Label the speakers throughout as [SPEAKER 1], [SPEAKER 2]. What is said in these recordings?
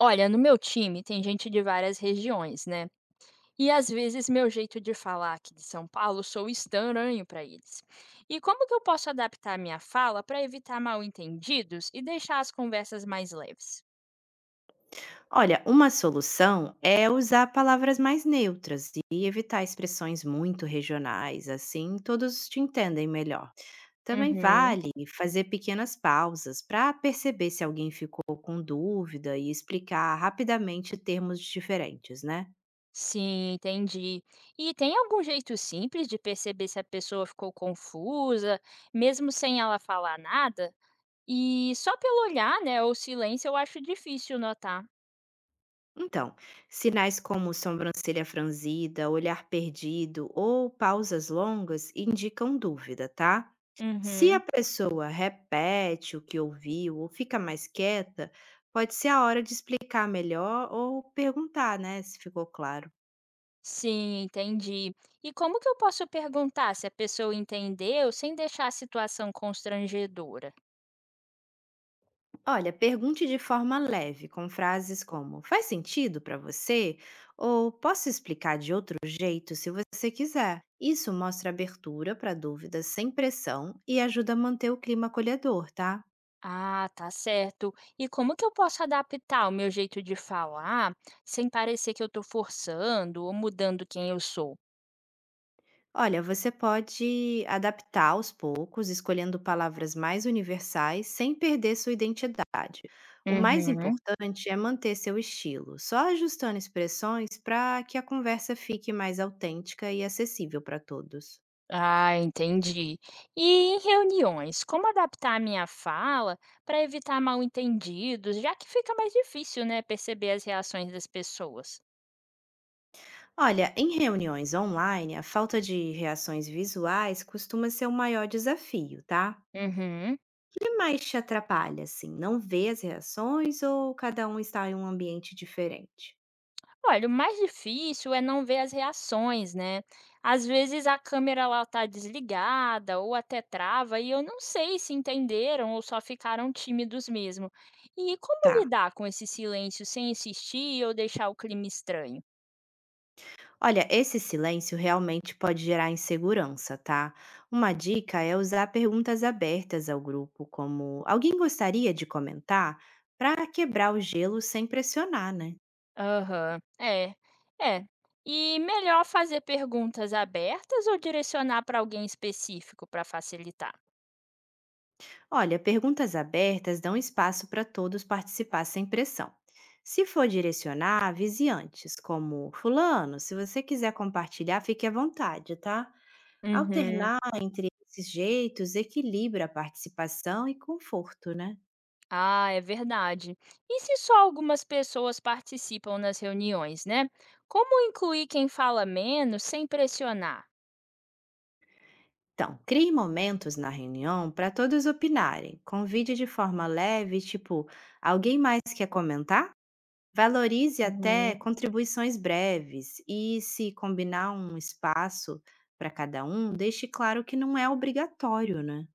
[SPEAKER 1] Olha, no meu time tem gente de várias regiões, né? E às vezes meu jeito de falar aqui de São Paulo sou estranho para eles. E como que eu posso adaptar minha fala para evitar mal-entendidos e deixar as conversas mais leves?
[SPEAKER 2] Olha, uma solução é usar palavras mais neutras e evitar expressões muito regionais, assim todos te entendem melhor. Também
[SPEAKER 1] Uhum.
[SPEAKER 2] vale fazer pequenas pausas para perceber se alguém ficou com dúvida e explicar rapidamente termos diferentes, né?
[SPEAKER 1] Sim, entendi. E tem algum jeito simples de perceber se a pessoa ficou confusa, mesmo sem ela falar nada? E só pelo olhar, né, ou silêncio, eu acho difícil notar.
[SPEAKER 2] Então, sinais como sobrancelha franzida, olhar perdido ou pausas longas indicam dúvida, tá? Se a
[SPEAKER 1] Uhum.
[SPEAKER 2] pessoa repete o que ouviu ou fica mais quieta, pode ser a hora de explicar melhor ou perguntar, né, se ficou claro.
[SPEAKER 1] Sim, entendi. E como que eu posso perguntar se a pessoa entendeu sem deixar a situação constrangedora?
[SPEAKER 2] Olha, pergunte de forma leve, com frases como: "Faz sentido para você?" ou "Posso explicar de outro jeito se você quiser". Isso mostra abertura para dúvidas sem pressão e ajuda a manter o clima acolhedor, tá?
[SPEAKER 1] Ah, tá certo. E como que eu posso adaptar o meu jeito de falar sem parecer que eu estou forçando ou mudando quem eu sou?
[SPEAKER 2] Olha, você pode adaptar aos poucos, escolhendo palavras mais universais sem perder sua identidade. O mais
[SPEAKER 1] Uhum.
[SPEAKER 2] importante é manter seu estilo, só ajustando expressões para que a conversa fique mais autêntica e acessível para todos.
[SPEAKER 1] Ah, entendi. E em reuniões, como adaptar a minha fala para evitar mal-entendidos, já que fica mais difícil, né, perceber as reações das pessoas?
[SPEAKER 2] Olha, em reuniões online, a falta de reações visuais costuma ser o maior desafio, tá?
[SPEAKER 1] Uhum.
[SPEAKER 2] O que mais te atrapalha, assim? Não ver as reações ou cada um está em um ambiente diferente?
[SPEAKER 1] Olha, o mais difícil é não ver as reações, né? Às vezes a câmera lá tá desligada ou até trava e eu não sei se entenderam ou só ficaram tímidos mesmo. E como
[SPEAKER 2] Tá.
[SPEAKER 1] lidar com esse silêncio sem insistir ou deixar o clima estranho?
[SPEAKER 2] Olha, esse silêncio realmente pode gerar insegurança, tá? Uma dica é usar perguntas abertas ao grupo, como alguém gostaria de comentar? Para quebrar o gelo sem pressionar, né?
[SPEAKER 1] Aham, é, é. E melhor fazer perguntas abertas ou direcionar para alguém específico para facilitar?
[SPEAKER 2] Olha, perguntas abertas dão espaço para todos participar sem pressão. Se for direcionar, avise antes, como Fulano, se você quiser compartilhar, fique à vontade, tá?
[SPEAKER 1] Uhum.
[SPEAKER 2] Alternar entre esses jeitos equilibra a participação e conforto, né?
[SPEAKER 1] Ah, é verdade. E se só algumas pessoas participam nas reuniões, né? Como incluir quem fala menos sem pressionar?
[SPEAKER 2] Então, crie momentos na reunião para todos opinarem. Convide de forma leve, tipo, alguém mais quer comentar? Valorize até
[SPEAKER 1] Uhum.
[SPEAKER 2] contribuições breves e, se combinar um espaço para cada um, deixe claro que não é obrigatório, né?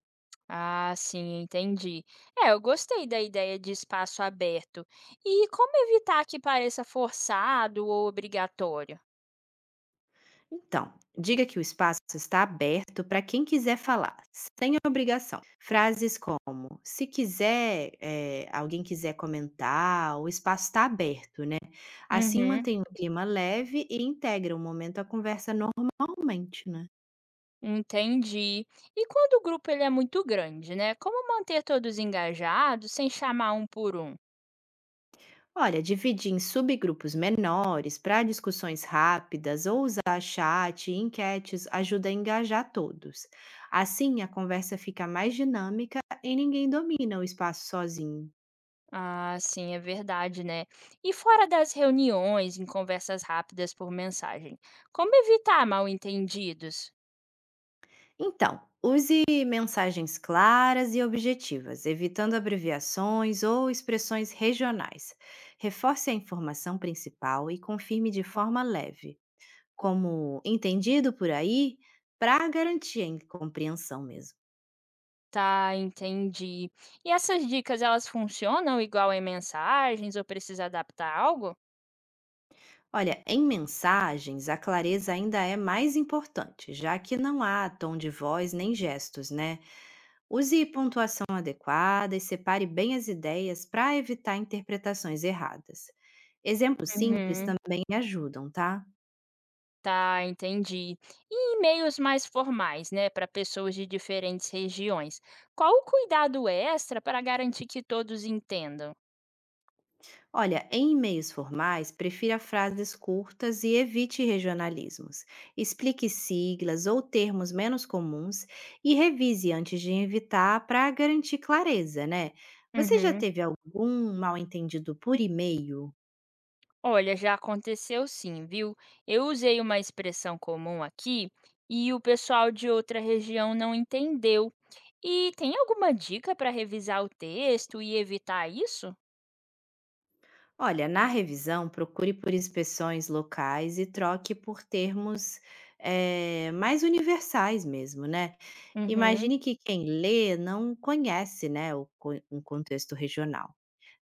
[SPEAKER 1] Ah, sim, entendi. É, eu gostei da ideia de espaço aberto. E como evitar que pareça forçado ou obrigatório?
[SPEAKER 2] Então, diga que o espaço está aberto para quem quiser falar, sem obrigação. Frases como: se quiser, alguém quiser comentar, o espaço está aberto, né? Assim
[SPEAKER 1] Uhum,
[SPEAKER 2] mantém um clima leve e integra o momento à conversa normalmente, né?
[SPEAKER 1] entendi. E quando o grupo ele é muito grande, né? Como manter todos engajados sem chamar um por um?
[SPEAKER 2] Olha, dividir em subgrupos menores para discussões rápidas ou usar chat e enquetes ajuda a engajar todos. Assim, a conversa fica mais dinâmica e ninguém domina o espaço sozinho.
[SPEAKER 1] Ah, sim, é verdade, né? E fora das reuniões, em conversas rápidas por mensagem, como evitar mal-entendidos?
[SPEAKER 2] Então, use mensagens claras e objetivas, evitando abreviações ou expressões regionais. Reforce a informação principal e confirme de forma leve, como entendido por aí, para garantir a compreensão mesmo.
[SPEAKER 1] Tá, entendi. E essas dicas, elas funcionam igual em mensagens ou precisa adaptar algo?
[SPEAKER 2] Olha, em mensagens, a clareza ainda é mais importante, já que não há tom de voz nem gestos, né? Use pontuação adequada e separe bem as ideias para evitar interpretações erradas. Exemplos simples
[SPEAKER 1] Uhum.
[SPEAKER 2] também ajudam, tá?
[SPEAKER 1] Tá, entendi. E e-mails mais formais, né, para pessoas de diferentes regiões. Qual o cuidado extra para garantir que todos entendam?
[SPEAKER 2] Olha, em e-mails formais, prefira frases curtas e evite regionalismos. Explique siglas ou termos menos comuns e revise antes de evitar para garantir clareza, né? Você já
[SPEAKER 1] Uhum.
[SPEAKER 2] teve algum mal entendido por e-mail?
[SPEAKER 1] Olha, já aconteceu sim, viu? Eu usei uma expressão comum aqui e o pessoal de outra região não entendeu. E tem alguma dica para revisar o texto e evitar isso?
[SPEAKER 2] Olha, na revisão, procure por inspeções locais e troque por termos mais universais mesmo, né?
[SPEAKER 1] Uhum.
[SPEAKER 2] Imagine que quem lê não conhece, né, um contexto regional.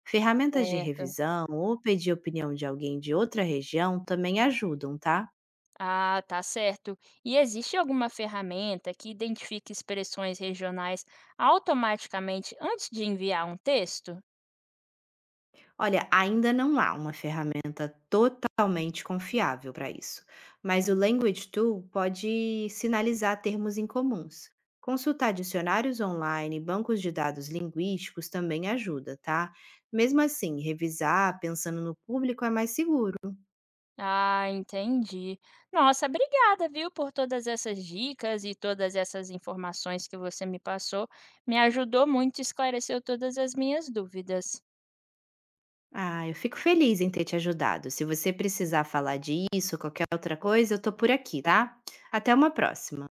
[SPEAKER 2] Ferramentas de
[SPEAKER 1] Certo.
[SPEAKER 2] revisão ou pedir opinião de alguém de outra região também ajudam, tá?
[SPEAKER 1] Ah, tá certo. E existe alguma ferramenta que identifique expressões regionais automaticamente antes de enviar um texto?
[SPEAKER 2] Olha, ainda não há uma ferramenta totalmente confiável para isso, mas o Language Tool pode sinalizar termos incomuns. Consultar dicionários online, bancos de dados linguísticos também ajuda, tá? Mesmo assim, revisar pensando no público é mais seguro.
[SPEAKER 1] Ah, entendi. Nossa, obrigada, viu, por todas essas dicas e todas essas informações que você me passou. Me ajudou muito, e esclareceu todas as minhas dúvidas.
[SPEAKER 2] Ah, eu fico feliz em ter te ajudado. Se você precisar falar disso ou qualquer outra coisa, eu tô por aqui, tá? Até uma próxima.